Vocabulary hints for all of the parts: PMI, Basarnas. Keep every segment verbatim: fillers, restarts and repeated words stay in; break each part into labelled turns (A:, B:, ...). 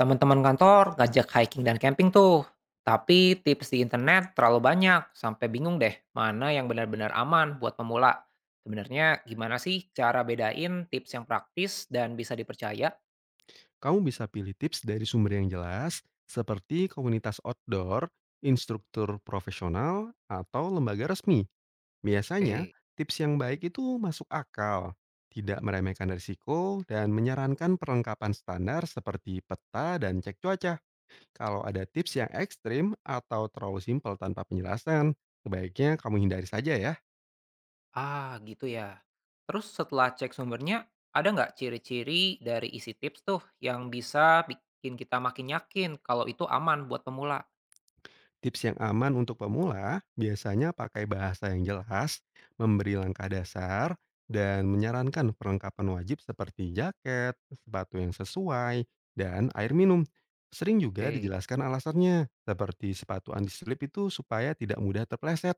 A: Teman-teman kantor ngajak hiking dan camping tuh, tapi tips di internet terlalu banyak sampai bingung deh mana yang benar-benar aman buat pemula. Sebenarnya gimana sih cara bedain tips yang praktis dan bisa dipercaya?
B: Kamu bisa pilih tips dari sumber yang jelas, seperti komunitas outdoor, instruktur profesional, atau lembaga resmi. Biasanya,
A: Oke,
B: tips yang baik itu masuk akal, tidak meremehkan risiko, dan menyarankan perlengkapan standar seperti peta dan cek cuaca. Kalau ada tips yang ekstrim atau terlalu simpel tanpa penjelasan, sebaiknya kamu hindari saja ya.
A: ah gitu ya. Terus setelah cek sumbernya, ada nggak ciri-ciri dari isi tips tuh yang bisa bikin kita makin yakin kalau itu aman buat pemula?
B: Tips yang aman untuk pemula biasanya pakai bahasa yang jelas, memberi langkah dasar, dan menyarankan perlengkapan wajib seperti jaket, sepatu yang sesuai, dan air minum. Sering juga
A: Oke.
B: dijelaskan alasannya, seperti sepatu anti-slip itu supaya tidak mudah terpleset.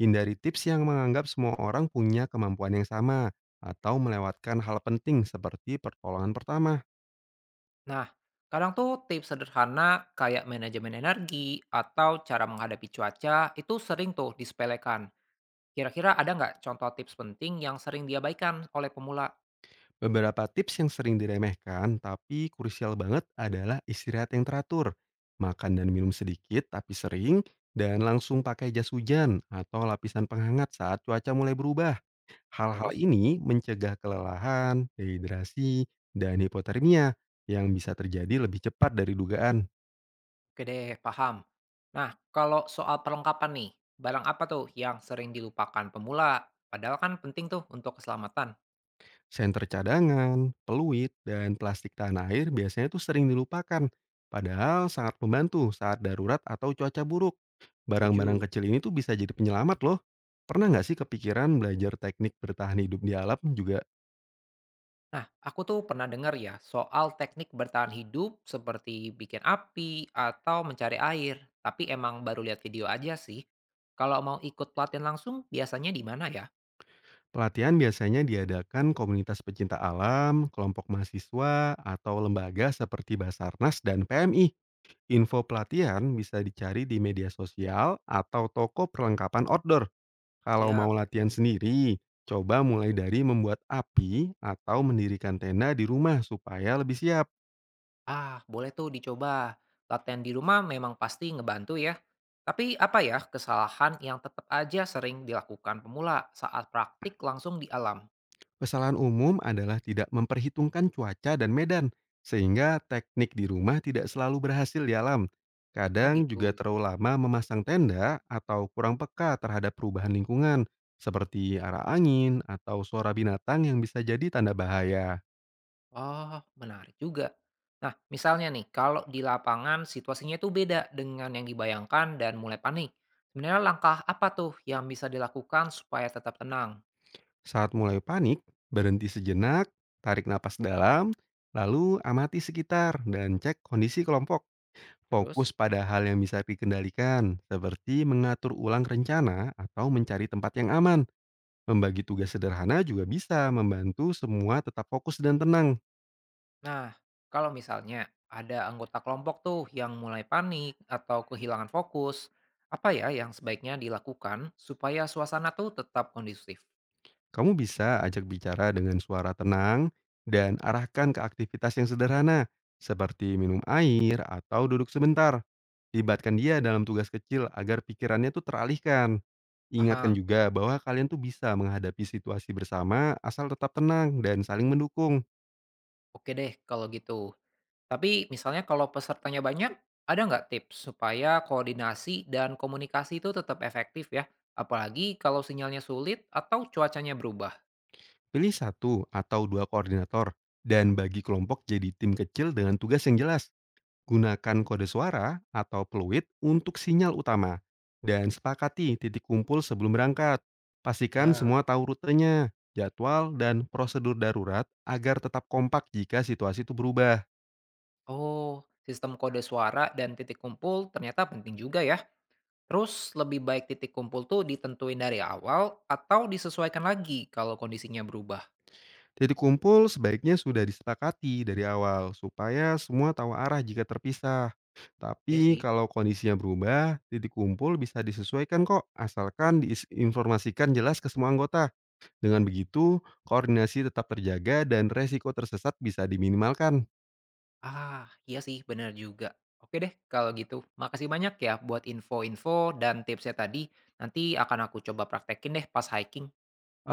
B: Hindari tips yang menganggap semua orang punya kemampuan yang sama, atau melewatkan hal penting seperti pertolongan pertama.
A: Nah, kadang tuh tips sederhana kayak manajemen energi atau cara menghadapi cuaca itu sering tuh disepelekan. Kira-kira ada nggak contoh tips penting yang sering diabaikan oleh pemula?
B: Beberapa tips yang sering diremehkan tapi krusial banget adalah istirahat yang teratur, makan dan minum sedikit tapi sering, dan langsung pakai jas hujan atau lapisan penghangat saat cuaca mulai berubah. Hal-hal
A: Terus,
B: ini mencegah kelelahan, dehidrasi, dan hipotermia yang bisa terjadi lebih cepat dari dugaan.
A: oke deh, paham. Nah, kalau soal perlengkapan nih, barang apa tuh yang sering dilupakan pemula? Padahal kan penting tuh untuk keselamatan.
B: Senter cadangan, peluit, dan plastik tanah air biasanya tuh sering dilupakan. Padahal sangat membantu saat darurat atau cuaca buruk. Barang-barang
A: Tujuh.
B: kecil ini tuh bisa jadi penyelamat loh. Pernah nggak sih kepikiran belajar teknik bertahan hidup di alam juga?
A: Nah, aku tuh pernah dengar ya soal teknik bertahan hidup seperti bikin api atau mencari air, tapi emang baru lihat video aja sih. Kalau mau ikut pelatihan langsung, biasanya di mana ya?
B: Pelatihan biasanya diadakan komunitas pecinta alam, kelompok mahasiswa, atau lembaga seperti Basarnas dan P M I. Info pelatihan bisa dicari di media sosial atau toko perlengkapan outdoor. Kalau
A: Siap.
B: mau latihan sendiri, coba mulai dari membuat api atau mendirikan tenda di rumah supaya lebih siap.
A: Ah, boleh tuh dicoba. Latihan di rumah memang pasti ngebantu ya. Tapi apa ya kesalahan yang tetap aja sering dilakukan pemula saat praktik langsung di alam?
B: Kesalahan umum adalah tidak memperhitungkan cuaca dan medan, sehingga teknik di rumah tidak selalu berhasil di alam.
A: Oh
B: Kadang juga
A: gitu.
B: terlalu lama memasang tenda atau kurang peka terhadap perubahan lingkungan, seperti arah angin atau suara binatang yang bisa jadi tanda bahaya.
A: Oh, menarik juga. Nah, misalnya nih, kalau di lapangan situasinya itu beda dengan yang dibayangkan dan mulai panik. Sebenarnya langkah apa tuh yang bisa dilakukan supaya tetap tenang?
B: Saat mulai panik, berhenti sejenak, tarik napas dalam, lalu amati sekitar dan cek kondisi kelompok. Fokus
A: Terus,
B: pada hal yang bisa dikendalikan, seperti mengatur ulang rencana atau mencari tempat yang aman. Membagi tugas sederhana juga bisa membantu semua tetap fokus dan tenang.
A: nah, kalau misalnya ada anggota kelompok tuh yang mulai panik atau kehilangan fokus, apa ya yang sebaiknya dilakukan supaya suasana tuh tetap kondusif?
B: Kamu bisa ajak bicara dengan suara tenang dan arahkan ke aktivitas yang sederhana, seperti minum air atau duduk sebentar. Libatkan dia dalam tugas kecil agar pikirannya tuh teralihkan. Ingatkan
A: Paham?
B: juga bahwa kalian tuh bisa menghadapi situasi bersama asal tetap tenang dan saling mendukung.
A: Oke deh, kalau gitu. Tapi misalnya kalau pesertanya banyak, ada nggak tips supaya koordinasi dan komunikasi itu tetap efektif ya? Apalagi kalau sinyalnya sulit atau cuacanya berubah.
B: Pilih satu atau dua koordinator dan bagi kelompok jadi tim kecil dengan tugas yang jelas. Gunakan kode suara atau peluit untuk sinyal utama. Dan sepakati titik kumpul sebelum berangkat. Pastikan
A: Ya,
B: semua tahu rutenya, jadwal, dan prosedur darurat agar tetap kompak jika situasi itu berubah.
A: oh, sistem kode suara dan titik kumpul ternyata penting juga ya. Terus lebih baik titik kumpul tuh ditentuin dari awal atau disesuaikan lagi kalau kondisinya berubah.
B: Titik kumpul sebaiknya sudah disepakati dari awal supaya semua tahu arah jika terpisah.
A: Ya
B: Tapi
A: sih.
B: kalau kondisinya berubah, titik kumpul bisa disesuaikan kok asalkan diinformasikan jelas ke semua anggota. Dengan begitu, koordinasi tetap terjaga dan resiko tersesat bisa diminimalkan.
A: Ah, iya sih benar juga. Oke deh kalau gitu. Makasih banyak ya buat info-info dan tipsnya tadi. Nanti akan aku coba praktekin deh pas hiking.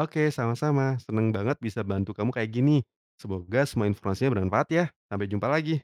B: Oke, sama-sama. Seneng banget bisa bantu kamu kayak gini. Semoga semua informasinya bermanfaat ya. Sampai jumpa lagi.